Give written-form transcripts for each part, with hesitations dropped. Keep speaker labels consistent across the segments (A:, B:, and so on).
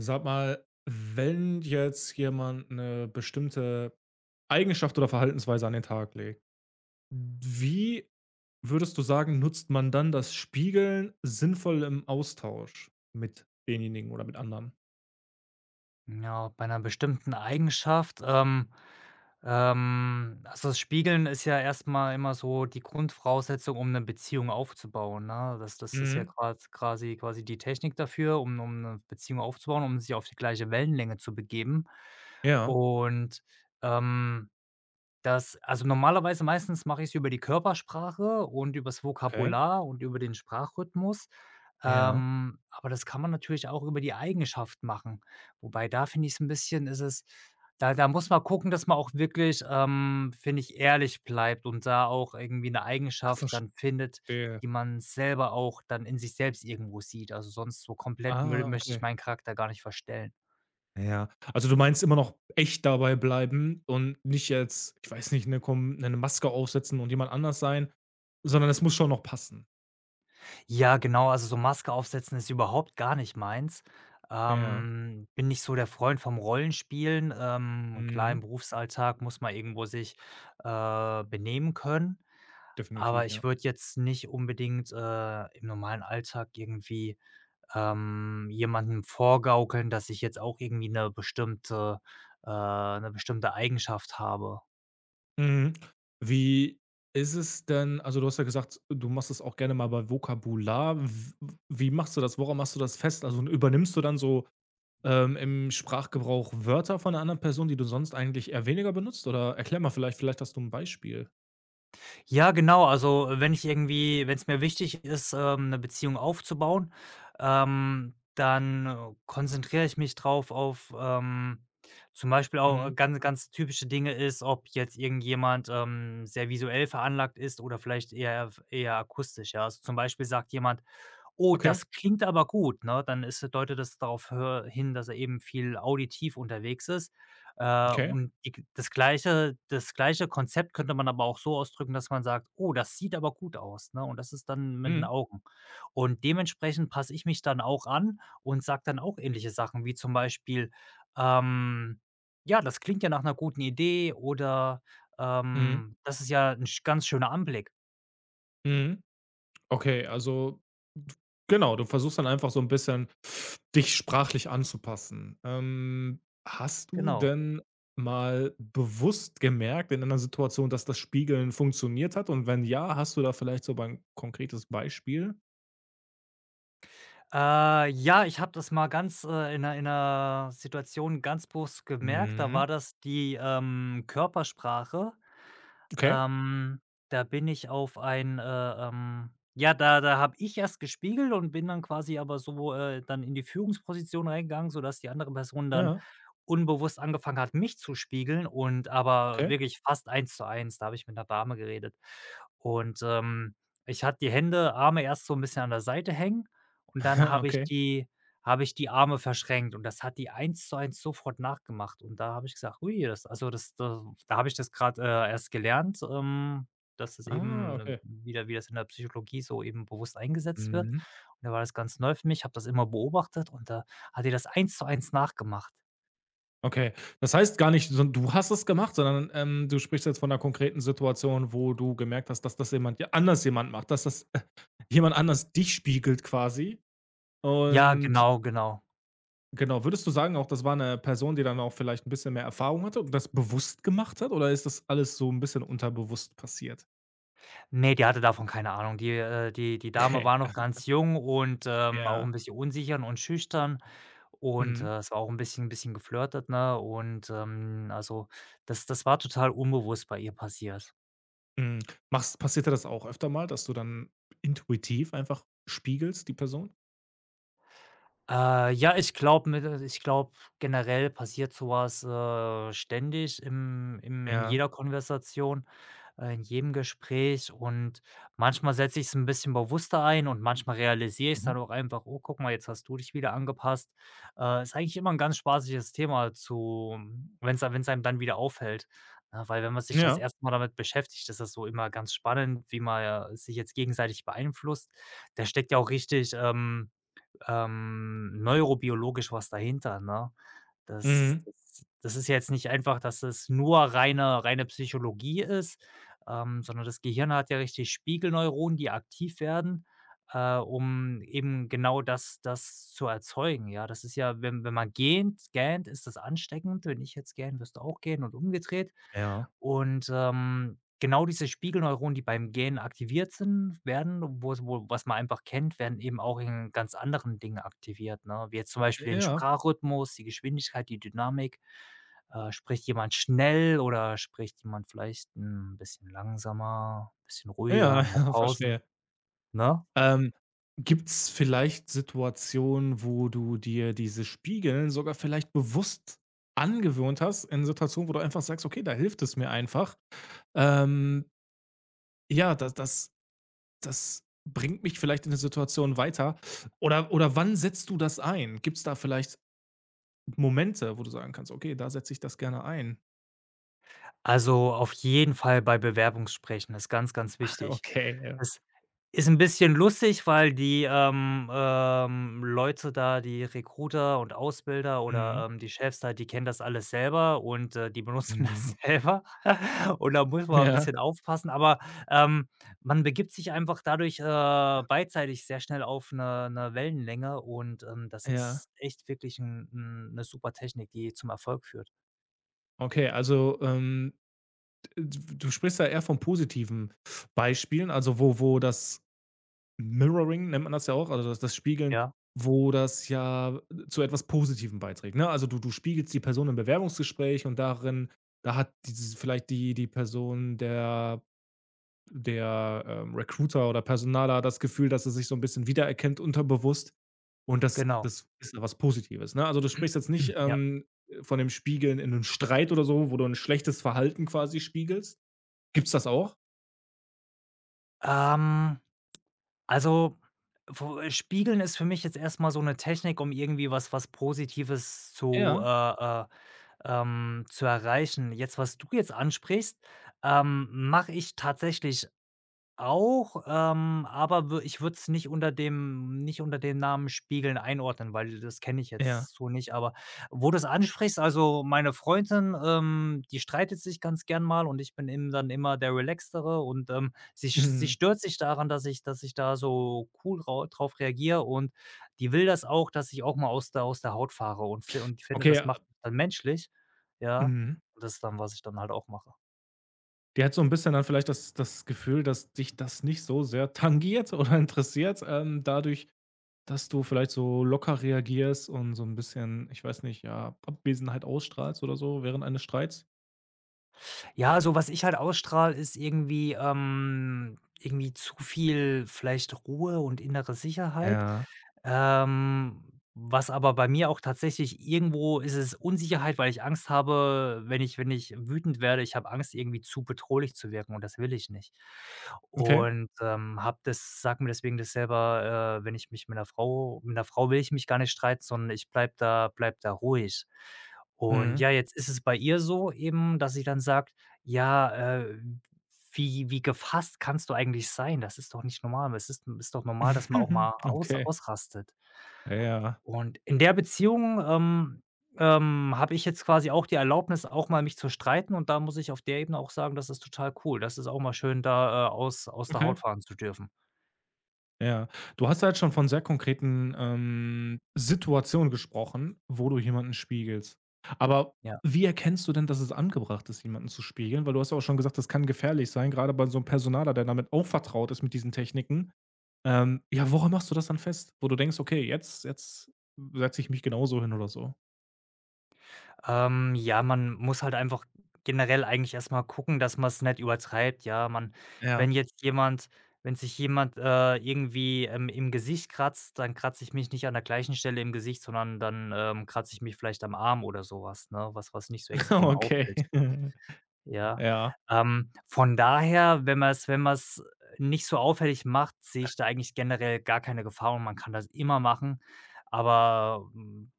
A: Sag mal, wenn jetzt jemand eine bestimmte Eigenschaft oder Verhaltensweise an den Tag legt, wie würdest du sagen, nutzt man dann das Spiegeln sinnvoll im Austausch mit denjenigen oder mit anderen?
B: Ja, bei einer bestimmten Eigenschaft, also, das Spiegeln ist ja erstmal immer so die Grundvoraussetzung, um eine Beziehung aufzubauen, ne? Das ist ja
A: Mhm.
B: grad quasi die Technik dafür, um um 'ne Beziehung aufzubauen, um sich auf die gleiche Wellenlänge zu begeben
A: Ja,
B: und, ähm das also, normalerweise meistens mache ich es über die Körpersprache und übers
A: okay.
B: Vokabular und über den Sprachrhythmus.
A: Ja.
B: Aber das kann man natürlich auch über die Eigenschaft machen. Wobei da finde ich es ein bisschen ist es da da muss man gucken, dass man auch wirklich, finde ich, ehrlich bleibt und da auch irgendwie eine
A: Ah,
B: Eigenschaft dann findet,
A: verstehe.
B: die man selber auch dann in sich selbst irgendwo sieht. Also, sonst so komplett mö
A: Ah,
B: möchte ich
A: okay.
B: meinen Charakter gar nicht verstellen.
A: Ja. Also, du meinst immer noch echt dabei bleiben und nicht jetzt, ich weiß nicht, eine kom 'ne Maske aufsetzen und jemand anders sein, sondern es muss schon noch passen.
B: Ja, genau, also so Maske aufsetzen ist überhaupt gar nicht meins.
A: Ja.
B: Bin nicht so der Freund vom Rollenspielen. Klar, im
A: Mhm.
B: Berufsalltag muss man irgendwo sich benehmen können, aber
A: Definitiv,
B: ich
A: ja.
B: würde jetzt nicht unbedingt im normalen Alltag irgendwie jemandem vorgaukeln, dass ich jetzt auch irgendwie eine bestimmte 'ne bestimmte Eigenschaft habe.
A: Mhm. Wie ist es denn also, du hast ja gesagt, du machst es auch gerne mal bei Vokabular. W wie machst du das? Woran machst du das fest? Also, übernimmst du dann so, im Sprachgebrauch Wörter von einer anderen Person, die du sonst eigentlich eher weniger benutzt? Oder erklär mal vielleicht hast du ein Beispiel.
B: Ja, genau. Also, wenn ich irgendwie wenn es mir wichtig ist, 'ne Beziehung aufzubauen, dann konzentriere ich mich drauf auf, zum Beispiel auch
A: Mhm.
B: ganz typische Dinge ist, ob jetzt irgendjemand, sehr visuell veranlagt ist oder vielleicht eher akustisch, ja. Also, zum Beispiel sagt jemand: Oh,
A: Okay,
B: das klingt aber gut, ne? Dann ist deutet das darauf hö hin, dass er eben viel auditiv unterwegs ist.
A: okay.
B: Und die das gleiche Konzept könnte man aber auch so ausdrücken, dass man sagt: „Oh, das sieht aber gut aus“, ne? Und das ist dann mit den
A: Mhm.
B: Augen. Und dementsprechend passe ich mich dann auch an und sage dann auch ähnliche Sachen, wie zum Beispiel, ähm: „Ja, das klingt ja nach einer guten Idee“ oder,
A: Mhm.
B: „Das ist ja ein sch ganz schöner Anblick.“
A: Mhm. Okay, also d genau, du versuchst dann einfach so ein bisschen dich sprachlich anzupassen. Hast du
B: Genau.
A: denn mal bewusst gemerkt in einer Situation, dass das Spiegeln funktioniert hat? Und wenn ja, hast du da vielleicht so ein konkretes Beispiel?
B: Ja, ich habe das mal ganz, in 'ner Situation ganz bewusst gemerkt. Da
A: Mhm.
B: war das die, Körpersprache.
A: Okay.
B: Ähm, Da bin ich auf ein, ähm ja, da habe ich erst gespiegelt und bin dann quasi aber so, dann in die Führungsposition reingegangen, sodass die andere Person dann
A: Ja.
B: unbewusst angefangen hat, mich zu spiegeln und aber
A: Okay.
B: wirklich fast eins zu eins. Da habe ich mit der Dame geredet. Und, ich hatte die Hände Arme erst so ein bisschen an der Seite hängen und dann
A: Okay.
B: habe ich die Arme verschränkt und das hat die eins zu eins sofort nachgemacht. Und da habe ich gesagt: „Ui, das also, das da da habe ich das gerade erst gelernt, dass das
A: Ah,
B: eben,
A: okay.
B: wieder wie das in der Psychologie so eben bewusst eingesetzt wird.“
A: Mhm.
B: Und da war das ganz neu für mich, habe das immer beobachtet und da hat die das eins zu eins nachgemacht.
A: Okay. Das heißt gar nicht, so du hast es gemacht, sondern, du sprichst jetzt von einer konkreten Situation, wo du gemerkt hast, dass das jemand ja anders jemand macht, dass das Jemand anders dich spiegelt quasi.
B: Ja,
A: Und
B: genau, genau.
A: genau, würdest du sagen auch, das war eine Person, die dann auch vielleicht ein bisschen mehr Erfahrung hatte und das bewusst gemacht hat oder ist das alles so ein bisschen unterbewusst passiert?
B: Ne, die hatte davon keine Ahnung. Die die Dame
A: Okay,
B: war noch ganz jung und, auch
A: ja.
B: 'n bisschen unsicher und schüchtern und,
A: Mhm,
B: es war auch 'n bisschen geflirtet, ne? Und, also, das war total unbewusst bei ihr passiert.
A: mhm. Machst passiert dir das auch öfter mal, dass du dann intuitiv einfach spiegelst, die Person?
B: Ich glaube, generell passiert sowas ständig im im in
A: Ja.
B: jeder Konversation, in jedem Gespräch und manchmal setze ich es ein bisschen bewusster ein und manchmal realisiere ich's
A: Mhm.
B: dann auch einfach: „Oh, guck mal, jetzt hast du dich wieder angepasst.“ Ist eigentlich immer ein ganz spaßiges Thema zu wenn's ei wenn's einem dann wieder auffällt, ne? Weil wenn man sich das
A: Ja.
B: 1. Mal damit beschäftigt, ist das so immer ganz spannend, wie man ja sich jetzt gegenseitig beeinflusst. Da steckt ja auch richtig, neurobiologisch was dahinter, ne? Das
A: Mhm.
B: das das ist ja jetzt nicht einfach, dass es nur reine Psychologie ist, sondern das Gehirn hat ja richtig Spiegelneuronen, die aktiv werden, um eben genau das zu erzeugen, ja? Das ist ja wenn man gähnt, ist das ansteckend. Wenn ich jetzt gähne, wirst du auch gähnen und umgedreht.
A: Ja.
B: Und, genau diese Spiegelneuronen, die beim Gähnen aktiviert sind werden, wo was man einfach kennt, werden eben auch in ganz anderen Dingen aktiviert, ne? Wie jetzt zum Beispiel den
A: Ja.
B: Sprachrhythmus, die Geschwindigkeit, die Dynamik. Spricht jemand schnell oder spricht jemand vielleicht ein bisschen langsamer, ein bisschen
A: Ja,
B: ruhiger, mehr
A: ja,
B: Pausen,
A: verstehe.
B: ne?
A: Ähm, Gibt's vielleicht Situationen, wo du dir dieses Spiegeln sogar vielleicht bewusst angewöhnt hast, in Situationen, wo du einfach sagst: „Okay, da hilft es mir einfach. Ähm, ja, das das das bringt mich vielleicht in der Situation weiter.“ oder wann setzt du das ein? Gibt's da vielleicht Momente, wo du sagen kannst: „Okay, da setze ich das gerne ein?“
B: Also, auf jeden Fall bei Bewerbungssprechen ist ganz, ganz wichtig.
A: Okay, ja.
B: Es ist 'n bisschen lustig, weil die, Leute da, die Recruiter und Ausbilder
A: Mhm,
B: oder, die Chefs da, die kennen das alles selber und, die benutzen
A: mhm.
B: das selber und da muss man 'n
A: Ja,
B: bisschen aufpassen, aber, ähm, man begibt sich einfach dadurch, beidseitig sehr schnell auf 'ne Wellenlänge und, das
A: ja.
B: ist echt wirklich 'n 'n 'ne super Technik, die zum Erfolg führt.
A: Okay, also, du sprichst ja eher von positiven Beispielen, also wo wo das Mirroring nennt man das ja auch, also das das Spiegeln,
B: Ja,
A: wo das ja zu etwas Positivem beiträgt, ne? Also, du du spiegelst die Person im Bewerbungsgespräch und darin da hat dieses vielleicht die die Person der der, Recruiter oder Personaler das Gefühl, dass er sich so ein bisschen wiedererkennt unterbewusst und das
B: genau,
A: das ist ja was Positives, ne? Also, du sprichst jetzt nicht,
B: ja.
A: von dem Spiegeln in einem Streit oder so, wo du ein schlechtes Verhalten quasi spiegelst, Gibt's das auch?
B: Ähm Also, wo Spiegeln ist für mich jetzt erst mal so 'ne Technik, um irgendwie was Positives
A: Ja,
B: zu erreichen. Jetzt, was du jetzt ansprichst, mache ich tatsächlich auch, aber wür ich würde es nicht unter dem nicht unter dem Namen Spiegeln einordnen, weil das kenne ich
A: ja.
B: jetzt so nicht. Aber wo du's ansprichst, also, meine Freundin, die streitet sich ganz gern mal und ich bin eben dann immer der Relaxtere und, sie
A: Mhm.
B: stört sich daran, dass ich da so cool rau drauf reagiere und die will das auch, dass ich auch mal aus der Haut fahre und ich finde,
A: Okay,
B: das macht mich dann menschlich, ja.
A: mhm.
B: Das ist dann, was ich dann halt auch mache.
A: Die hat so 'n bisschen dann vielleicht das das Gefühl, dass dich das nicht so sehr tangiert oder interessiert, dadurch, dass du vielleicht so locker reagierst und so 'n bisschen, ich weiß nicht, ja, Abwesenheit ausstrahlst oder so während eines Streits?
B: Ja, so was ich halt ausstrahle, ist irgendwie, irgendwie zu viel vielleicht Ruhe und innere Sicherheit.
A: Ja.
B: Ähm, Was aber bei mir auch tatsächlich irgendwo ist, es Unsicherheit, weil ich Angst habe, wenn ich wenn ich wütend werde ich habe Angst, irgendwie zu bedrohlich zu wirken und das will ich nicht.
A: Okay.
B: Und, habe das sage mir deswegen das selber, wenn ich mich mit 'ner Frau will ich mich gar nicht streiten, sondern ich bleib da ruhig. Und
A: Mhm.
B: ja, jetzt ist es bei ihr so eben, dass sie dann sagt: „Ja, äh“ wie wie gefasst kannst du eigentlich sein? Das ist doch nicht normal. Es ist Ist doch normal, dass man auch mal
A: Okay.
B: ausrastet.“
A: Ja, ja.
B: Und in der Beziehung, habe ich jetzt quasi auch die Erlaubnis, auch mal mich zu streiten, und da muss ich auf der Ebene auch sagen, das ist total cool. Das ist auch mal schön, da, aus der
A: Okay.
B: Haut fahren zu dürfen.
A: Ja, du hast halt schon von sehr konkreten, Situationen gesprochen, wo du jemanden spiegelst. Aber
B: Ja.
A: wie erkennst du denn, dass es angebracht ist, jemanden zu spiegeln? Weil du hast ja auch schon gesagt, das kann gefährlich sein, gerade bei so einem Personaler, der damit auch vertraut ist mit diesen Techniken. Ja, woran machst du das dann fest, wo du denkst: „Okay, jetzt setze ich mich genauso hin“ oder so?
B: Ja, man muss halt einfach generell eigentlich erst mal gucken, dass man es nicht übertreibt, ja. Man wenn
A: Ja,
B: jetzt jemand Wenn sich jemand, irgendwie, im Gesicht kratzt, dann kratze ich mich nicht an der gleichen Stelle im Gesicht, sondern dann, kratze ich mich vielleicht am Arm oder sowas, ne, was nicht so extrem
A: okay.
B: auffällt, ja.
A: Ja,
B: Von daher, wenn man es nicht so auffällig macht, sehe ich da eigentlich generell gar keine Gefahr und man kann das immer machen, aber,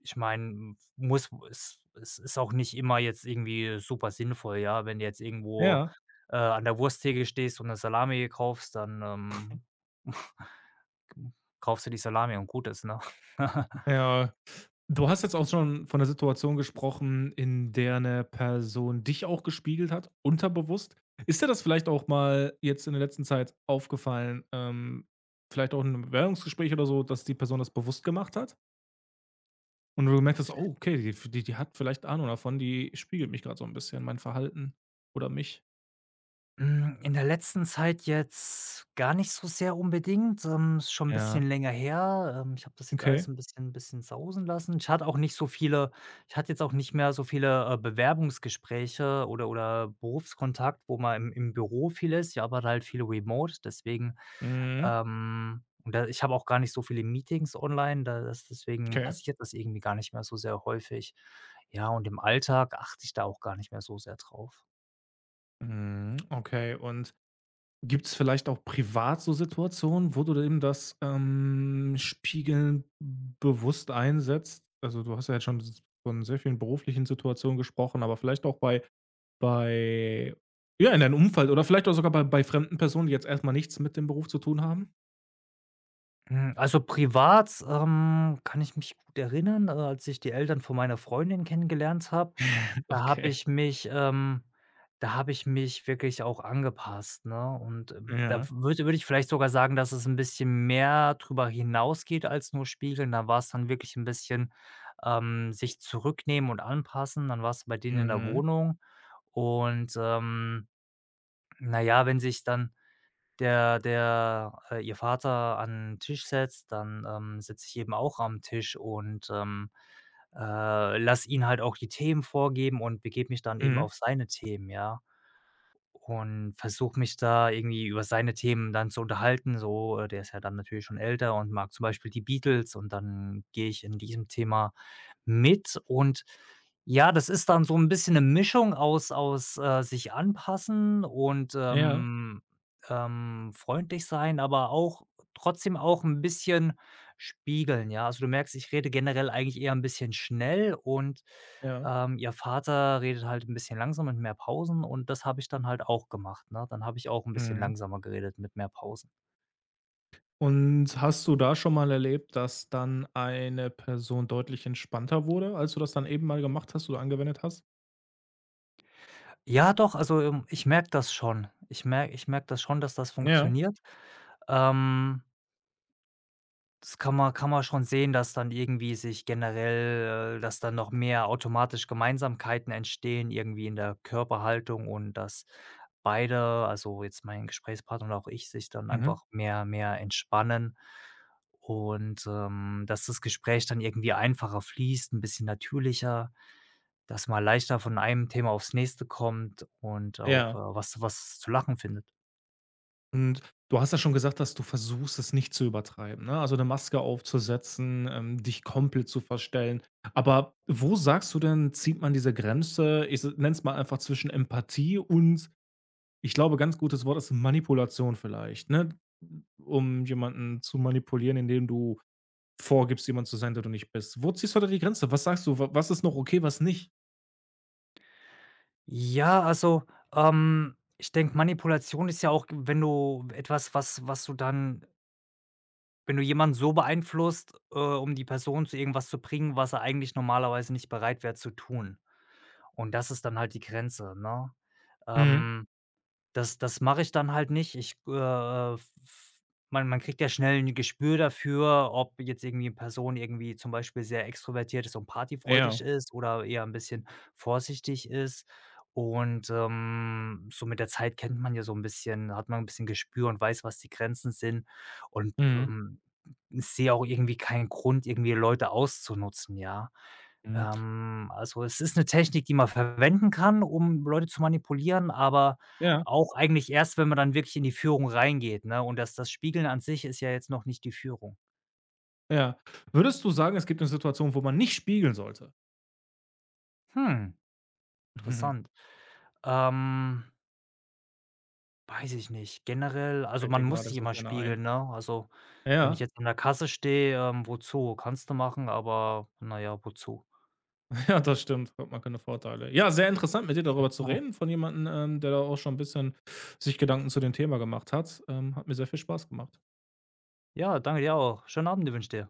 B: ich meine, muss es es ist auch nicht immer jetzt irgendwie super sinnvoll, ja? Wenn du jetzt irgendwo,
A: ja.
B: an der Wursttheke stehst und eine Salami kaufst, dann, kaufst du die Salami und gut ist, ne?
A: Ja. Du hast jetzt auch schon von der Situation gesprochen, in der eine Person dich auch gespiegelt hat, unterbewusst. Ist dir das vielleicht auch mal jetzt in der letzten Zeit aufgefallen, vielleicht auch in 'nem Bewerbungsgespräch oder so, dass die Person das bewusst gemacht hat und du gemerkt hast: „Oh, okay, die die hat vielleicht Ahnung davon, die spiegelt mich gerade so ein bisschen, mein Verhalten oder mich.“
B: Hm, in der letzten Zeit jetzt gar nicht so sehr unbedingt, ist schon 'n bisschen
A: Ja.
B: länger her. Ich habe das jetzt
A: Okay.
B: alles 'n bisschen sausen lassen. Ich hatte jetzt auch nicht mehr so viele, Bewerbungsgespräche oder Berufskontakt, wo mal im Büro viel ist. Ich arbeite halt viel remote, deswegen,
A: Mhm.
B: und da ich habe auch gar nicht so viele Meetings online, da das deswegen
A: Okay.
B: passiert das irgendwie gar nicht mehr so sehr häufig. Ja, und im Alltag achte ich da auch gar nicht mehr so sehr drauf.
A: Mhm. Okay. Und gibt es vielleicht auch privat so Situationen, wo du eben das, Spiegeln bewusst einsetzt? Also, du hast ja jetzt schon s von sehr vielen beruflichen Situationen gesprochen, aber vielleicht auch bei bei ja, in deinem Umfeld oder vielleicht auch sogar bei bei fremden Personen, die jetzt erstmal nichts mit dem Beruf zu tun haben?
B: Hm, also privat, kann ich mich gut erinnern, als ich die Eltern von meiner Freundin kennengelernt habe, da habe
A: Okay.
B: ich mich ähm, da habe ich mich wirklich auch angepasst, ne? Und, da
A: Ja.
B: würde ich vielleicht sogar sagen, dass es ein bisschen mehr drüber hinausgeht als nur spiegeln. Da war es dann wirklich ein bisschen, sich zurücknehmen und anpassen. Dann warst du bei denen in der
A: Mhm.
B: Wohnung und, na ja, wenn sich dann der der ihr Vater an den Tisch setzt, dann, sitze ich eben auch am Tisch und, lasse ihn halt auch die Themen vorgeben und begebe mich dann eben
A: Mhm.
B: auf seine Themen, ja. Und versuche mich da irgendwie über seine Themen dann zu unterhalten, so, der ist ja dann natürlich schon älter und mag zum Beispiel die Beatles und dann gehe ich in diesem Thema mit, und ja, das ist dann so ein bisschen eine Mischung aus, sich anpassen und,
A: Ja,
B: freundlich sein, aber auch trotzdem auch ein bisschen spiegeln, ja? Also, du merkst, ich rede generell eigentlich eher ein bisschen schnell und
A: ja.
B: ihr Vater redet halt ein bisschen langsamer mit mehr Pausen und das habe ich dann halt auch gemacht, ne? Dann habe ich auch ein bisschen
A: Mhm.
B: langsamer geredet mit mehr Pausen.
A: Und hast du da schon mal erlebt, dass dann eine Person deutlich entspannter wurde, als du das dann eben mal gemacht hast oder angewendet hast?
B: Ja doch, also, ich merke das schon. Ich merke das schon, dass das
A: Ja.
B: funktioniert. Ähm Das kann man schon sehen, dass dann irgendwie sich generell dass dann noch mehr automatisch Gemeinsamkeiten entstehen, irgendwie in der Körperhaltung und dass beide, also jetzt mein Gesprächspartner und auch ich, sich dann
A: Mhm.
B: einfach mehr entspannen und, dass das Gespräch dann irgendwie einfacher fließt, ein bisschen natürlicher, dass man leichter von einem Thema aufs nächste kommt und auch,
A: Ja.
B: was zu lachen findet.
A: Und du hast ja schon gesagt, dass du versuchst, es nicht zu übertreiben, ne? Also eine Maske aufzusetzen, dich komplett zu verstellen. Aber wo sagst du denn, zieht man diese Grenze, ich nenne es mal einfach zwischen Empathie und ich glaube, ganz gutes Wort ist Manipulation vielleicht, ne? Um jemanden zu manipulieren, indem du vorgibst, jemand zu sein, der du nicht bist. Wo ziehst du da die Grenze? Was sagst du, wa was ist noch okay, was nicht?
B: Ja, also, ich denke, Manipulation ist ja auch, wenn du etwas, was was du dann wenn du jemanden so beeinflusst, um die Person zu irgendwas zu bringen, was er eigentlich normalerweise nicht bereit wäre zu tun. Und das ist dann halt die Grenze, ne?
A: Mhm.
B: Ähm Das mache ich dann halt nicht. Ich, f man kriegt ja schnell ein Gespür dafür, ob jetzt irgendwie eine Person irgendwie zum Beispiel sehr extrovertiert ist und partyfreudig
A: Ja.
B: ist oder eher ein bisschen vorsichtig ist. Und, so mit der Zeit kennt man ja so ein bisschen, hat man ein bisschen Gespür und weiß, was die Grenzen sind. Und,
A: Mhm.
B: ich sehe auch irgendwie keinen Grund, irgendwie Leute auszunutzen, ja.
A: Mhm.
B: Also, es ist eine Technik, die man verwenden kann, um Leute zu manipulieren, aber
A: Ja.
B: auch eigentlich erst, wenn man dann wirklich in die Führung reingeht, ne? Und das Spiegeln an sich ist ja jetzt noch nicht die Führung.
A: Ja. Würdest du sagen, es gibt 'ne Situation, wo man nicht spiegeln sollte?
B: Hm,
A: Mhm.
B: interessant. Ähm, Weiß ich nicht. Generell, also,
A: Fällt dir
B: man muss
A: gerade
B: sich
A: so
B: immer
A: keine ein.
B: spiegeln, ne? Also, wenn ich
A: Ja,
B: jetzt an der Kasse stehe, wozu? Kannst du machen, aber na ja, wozu?
A: ja, das stimmt. Hat man keine Vorteile. Ja, sehr interessant, mit dir darüber zu
B: Mhm.
A: reden, von jemandem, der da auch schon 'n bisschen sich Gedanken zu dem Thema gemacht hat. Hat mir sehr viel Spaß gemacht.
B: Ja, danke dir auch. Schönen Abend wünsche ich dir.